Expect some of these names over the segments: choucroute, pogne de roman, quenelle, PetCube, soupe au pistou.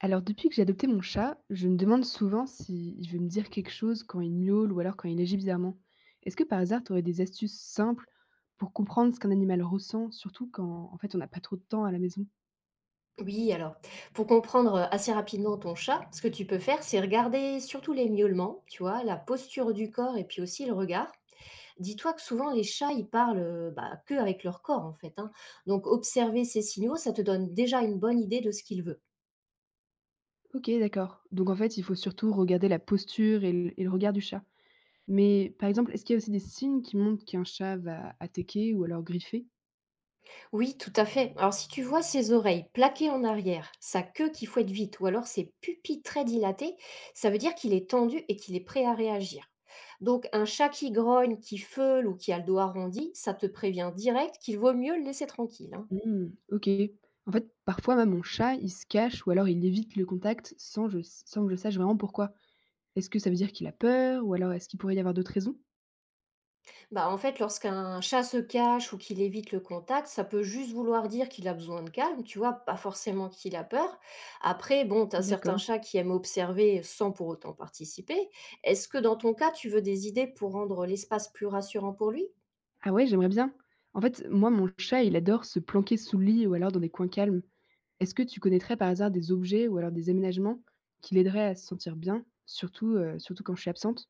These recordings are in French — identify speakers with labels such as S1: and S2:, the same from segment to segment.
S1: Alors depuis que j'ai adopté mon chat, je me demande souvent s'il veut me dire quelque chose quand il miaule ou alors quand il agit bizarrement. Est-ce que par hasard, tu aurais des astuces simples pour comprendre ce qu'un animal ressent, surtout quand en fait on n'a pas trop de temps à la maison?
S2: Oui, alors, pour comprendre assez rapidement ton chat, ce que tu peux faire, c'est regarder surtout les miaulements, tu vois, la posture du corps et puis aussi le regard. Dis-toi que souvent les chats, ils parlent que avec leur corps en fait, hein. Donc observer ces signaux, ça te donne déjà une bonne idée de ce qu'il veut.
S1: Ok, d'accord. Donc en fait, il faut surtout regarder la posture et le regard du chat. Mais par exemple, est-ce qu'il y a aussi des signes qui montrent qu'un chat va attaquer ou alors griffer?
S2: Oui, tout à fait. Alors si tu vois ses oreilles plaquées en arrière, sa queue qui fouette vite ou alors ses pupilles très dilatées, ça veut dire qu'il est tendu et qu'il est prêt à réagir. Donc un chat qui grogne, qui feule ou qui a le dos arrondi, ça te prévient direct qu'il vaut mieux le laisser tranquille, hein.
S1: Hmm, ok. En fait, parfois même mon chat, il se cache ou alors il évite le contact sans que je sache vraiment pourquoi. Est-ce que ça veut dire qu'il a peur ou alors est-ce qu'il pourrait y avoir d'autres raisons?
S2: Bah, en fait, lorsqu'un chat se cache ou qu'il évite le contact, ça peut juste vouloir dire qu'il a besoin de calme, tu vois, pas forcément qu'il a peur. Après, bon, tu as certains
S1: D'accord.
S2: chats qui aiment observer sans pour autant participer. Est-ce que dans ton cas, tu veux des idées pour rendre l'espace plus rassurant pour lui?
S1: Ah ouais, j'aimerais bien. En fait, moi, mon chat, il adore se planquer sous le lit ou alors dans des coins calmes. Est-ce que tu connaîtrais par hasard des objets ou alors des aménagements qui l'aideraient à se sentir bien, surtout, surtout quand je suis absente?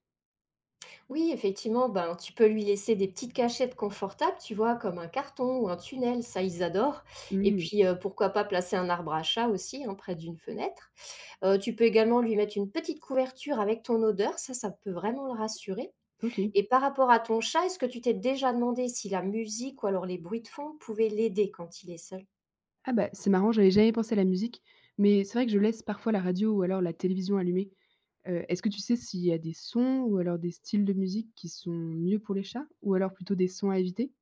S2: Oui, effectivement, ben, tu peux lui laisser des petites cachettes confortables, tu vois, comme un carton ou un tunnel, ça ils adorent. Et
S1: Mmh,
S2: puis, pourquoi pas placer un arbre à chat aussi, hein, près d'une fenêtre. Tu peux également lui mettre une petite couverture avec ton odeur, ça peut vraiment le rassurer.
S1: OK.
S2: Et par rapport à ton chat, est-ce que tu t'es déjà demandé si la musique ou alors les bruits de fond pouvaient l'aider quand il est seul?
S1: Ah bah, c'est marrant, j'avais jamais pensé à la musique, mais c'est vrai que je laisse parfois la radio ou alors la télévision allumée. Est-ce que tu sais s'il y a des sons ou alors des styles de musique qui sont mieux pour les chats ou alors plutôt des sons à éviter?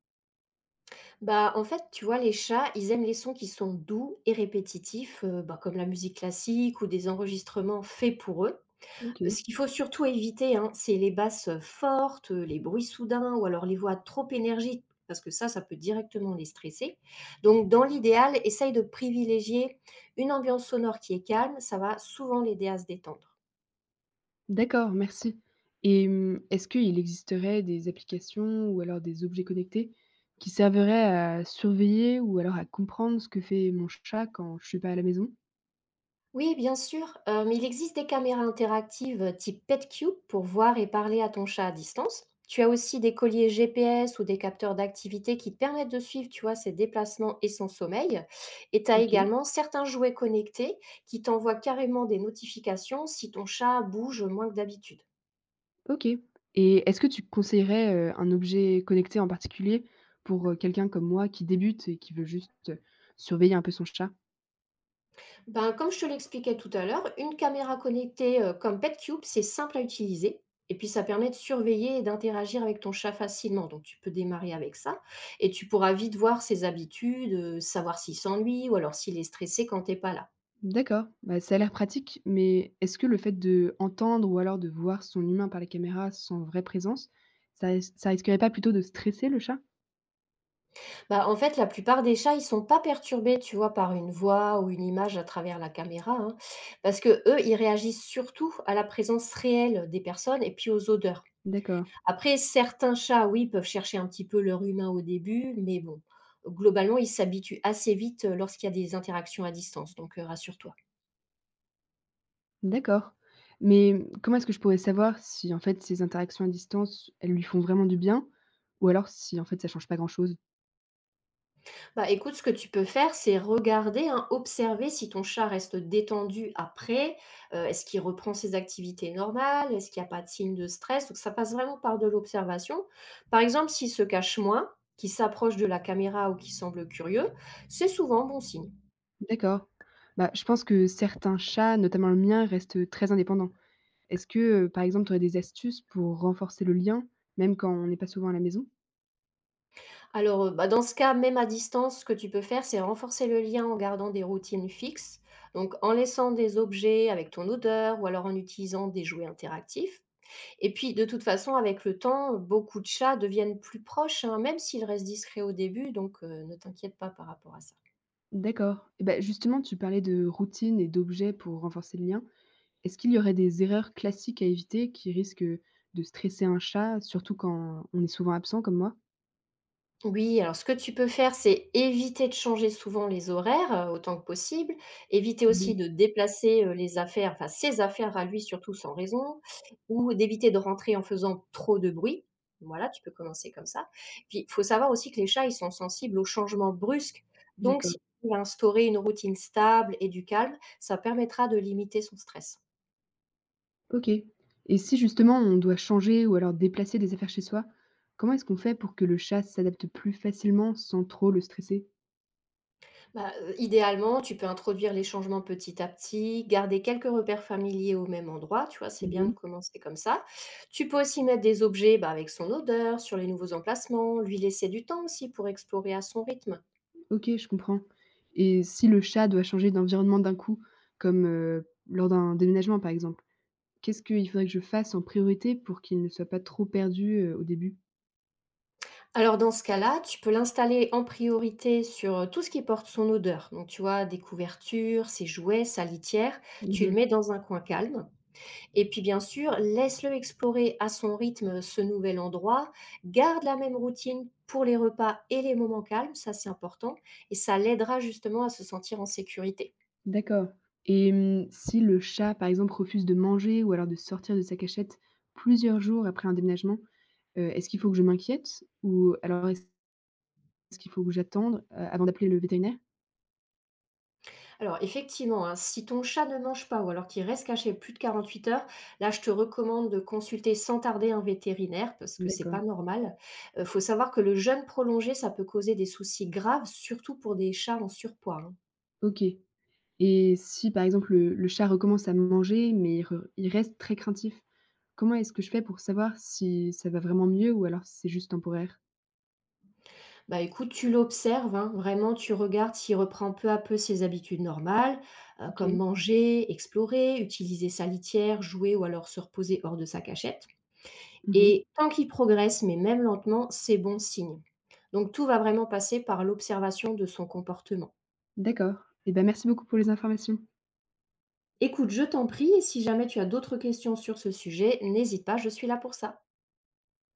S2: Bah, en fait, tu vois, les chats, ils aiment les sons qui sont doux et répétitifs, comme la musique classique ou des enregistrements faits pour eux.
S1: OK.
S2: Ce qu'il faut surtout éviter, hein, c'est les basses, fortes, les bruits soudains ou alors les voix trop énergiques parce que ça peut directement les stresser. Donc dans l'idéal, essaye de privilégier une ambiance sonore qui est calme, ça va souvent l'aider à se détendre.
S1: D'accord, merci. Et mmh, est-ce qu'il existerait des applications ou alors des objets connectés qui serviraient à surveiller ou alors à comprendre ce que fait mon chat quand je suis pas à la maison?
S2: Oui, bien sûr. Il existe des caméras interactives, type PetCube, pour voir et parler à ton chat à distance. Tu as aussi des colliers GPS ou des capteurs d'activité qui te permettent de suivre, tu vois, ses déplacements et son sommeil. Et tu as
S1: OK,
S2: également certains jouets connectés qui t'envoient carrément des notifications si ton chat bouge moins que d'habitude.
S1: OK. Et est-ce que tu conseillerais, un objet connecté en particulier pour, quelqu'un comme moi qui débute et qui veut juste, surveiller un peu son chat?
S2: Ben, comme je te l'expliquais tout à l'heure, une caméra connectée comme PetCube, c'est simple à utiliser. Et puis, ça permet de surveiller et d'interagir avec ton chat facilement. Donc, tu peux démarrer avec ça. Et tu pourras vite voir ses habitudes, savoir s'il s'ennuie ou alors s'il est stressé quand t'es pas là.
S1: D'accord, bah, ça a l'air pratique, mais est-ce que le fait de entendre ou alors de voir son humain par la caméra sans vraie présence, ça ça risquerait pas plutôt de stresser le chat?
S2: Bah, en fait, la plupart des chats, ils sont pas perturbés, tu vois, par une voix ou une image à travers la caméra, hein, parce que eux, ils réagissent surtout à la présence réelle des personnes et puis aux odeurs.
S1: D'accord.
S2: Après, certains chats, oui, peuvent chercher un petit peu leur humain au début, mais bon, globalement, ils s'habituent assez vite, lorsqu'il y a des interactions à distance, donc rassure-toi.
S1: D'accord. Mais, mmh, comment est-ce que je pourrais savoir si, en fait, ces interactions à distance, elles lui font vraiment du bien ou alors si, en fait, ça change pas grand-chose?
S2: Bah, écoute, ce que tu peux faire, c'est regarder, hein, observer si ton chat reste détendu après. Heu, est-ce qu'il reprend ses activités normales? Est-ce qu'il n'y a pas de signe de stress? Donc ça passe vraiment par de l'observation. Par exemple, s'il se cache moins, qu'il s'approche de la caméra ou qu'il semble curieux, c'est souvent bon signe.
S1: D'accord. Bah, je pense que certains chats, notamment le mien, restent, très indépendants. Est-ce que, par exemple, tu aurais des astuces pour renforcer le lien, même quand on n'est pas souvent à la maison?
S2: Alors, dans ce cas, même à distance, ce que tu peux faire, c'est renforcer le lien en gardant des routines fixes, donc en laissant des objets avec ton odeur ou alors en utilisant des jouets interactifs, et puis, de toute façon, avec le temps, beaucoup de chats deviennent plus proches, hein, même s'ils restent discrets au début, donc ne t'inquiète pas par rapport à ça.
S1: D'accord. Et bah, justement, tu parlais de routines et d'objets pour renforcer le lien. Est-ce qu'il y aurait des erreurs classiques à éviter qui risquent, de stresser un chat, surtout quand on est souvent absent comme moi?
S2: Oui, alors ce que tu peux faire, c'est éviter de changer souvent les horaires, autant que possible, éviter
S1: Mmh.
S2: aussi de déplacer, les affaires, enfin ses affaires à lui surtout sans raison ou d'éviter de rentrer en faisant trop de bruit. Voilà, tu peux commencer comme ça. Puis il faut savoir aussi que les chats, ils sont sensibles aux changements brusques, donc
S1: D'accord.
S2: si tu arrives instaurer une routine stable et du calme, ça permettra de limiter son stress.
S1: OK. Et si justement on doit changer ou alors déplacer des affaires chez soi, comment est-ce qu'on fait pour que le chat s'adapte plus facilement sans trop le stresser?
S2: Bah, idéalement, tu peux introduire les changements petit à petit, garder quelques repères familiers au même endroit, tu vois? C'est bien de
S1: Mmh.
S2: commencer comme ça. Tu peux aussi mettre des objets, bah, avec son odeur sur les nouveaux emplacements, lui laisser du temps aussi pour explorer à son rythme.
S1: OK, je comprends. Et si le chat doit changer d'environnement d'un coup, comme, lors d'un déménagement par exemple, qu'est-ce qu'il faudrait que je fasse en priorité pour qu'il ne soit pas trop perdu, au début?
S2: Alors dans ce cas-là, tu peux l'installer en priorité sur, tout ce qui porte son odeur. Donc tu vois, des couvertures, ses jouets, sa litière, tu le
S1: Mmh.
S2: mets dans un coin calme. Et puis bien sûr, laisse-le explorer à son rythme ce nouvel endroit, garde la même routine pour les repas et les moments calmes, ça c'est important, et ça l'aidera justement à se sentir en sécurité.
S1: D'accord. Et mmh, si le chat, par exemple, refuse de manger ou alors de sortir de sa cachette plusieurs jours après un déménagement, est-ce qu'il faut que je m'inquiète? Ou alors est-ce qu'il faut que j'attende, avant d'appeler le vétérinaire?
S2: Alors effectivement, hein, si ton chat ne mange pas ou alors qu'il reste caché plus de 48 heures, là je te recommande de consulter sans tarder un vétérinaire parce que c'est
S1: D'accord,
S2: pas normal. Il faut savoir que le jeûne prolongé, ça peut causer des soucis graves, surtout pour des chats en surpoids, hein.
S1: OK. Et si par exemple le chat recommence à manger mais il reste très craintif, comment est-ce que je fais pour savoir si ça va vraiment mieux ou alors si c'est juste temporaire?
S2: Bah, écoute, tu l'observes, hein, vraiment, tu regardes s'il reprend peu à peu ses habitudes normales, comme
S1: OK.
S2: manger, explorer, utiliser sa litière, jouer ou alors se reposer hors de sa cachette,
S1: Mmh mh.
S2: et tant qu'il progresse, mais même lentement, c'est bon signe. Donc tout va vraiment passer par l'observation de son comportement.
S1: D'accord et bah, merci beaucoup pour les informations.
S2: Écoute, je t'en prie, et si jamais tu as d'autres questions sur ce sujet, n'hésite pas, je suis là pour ça.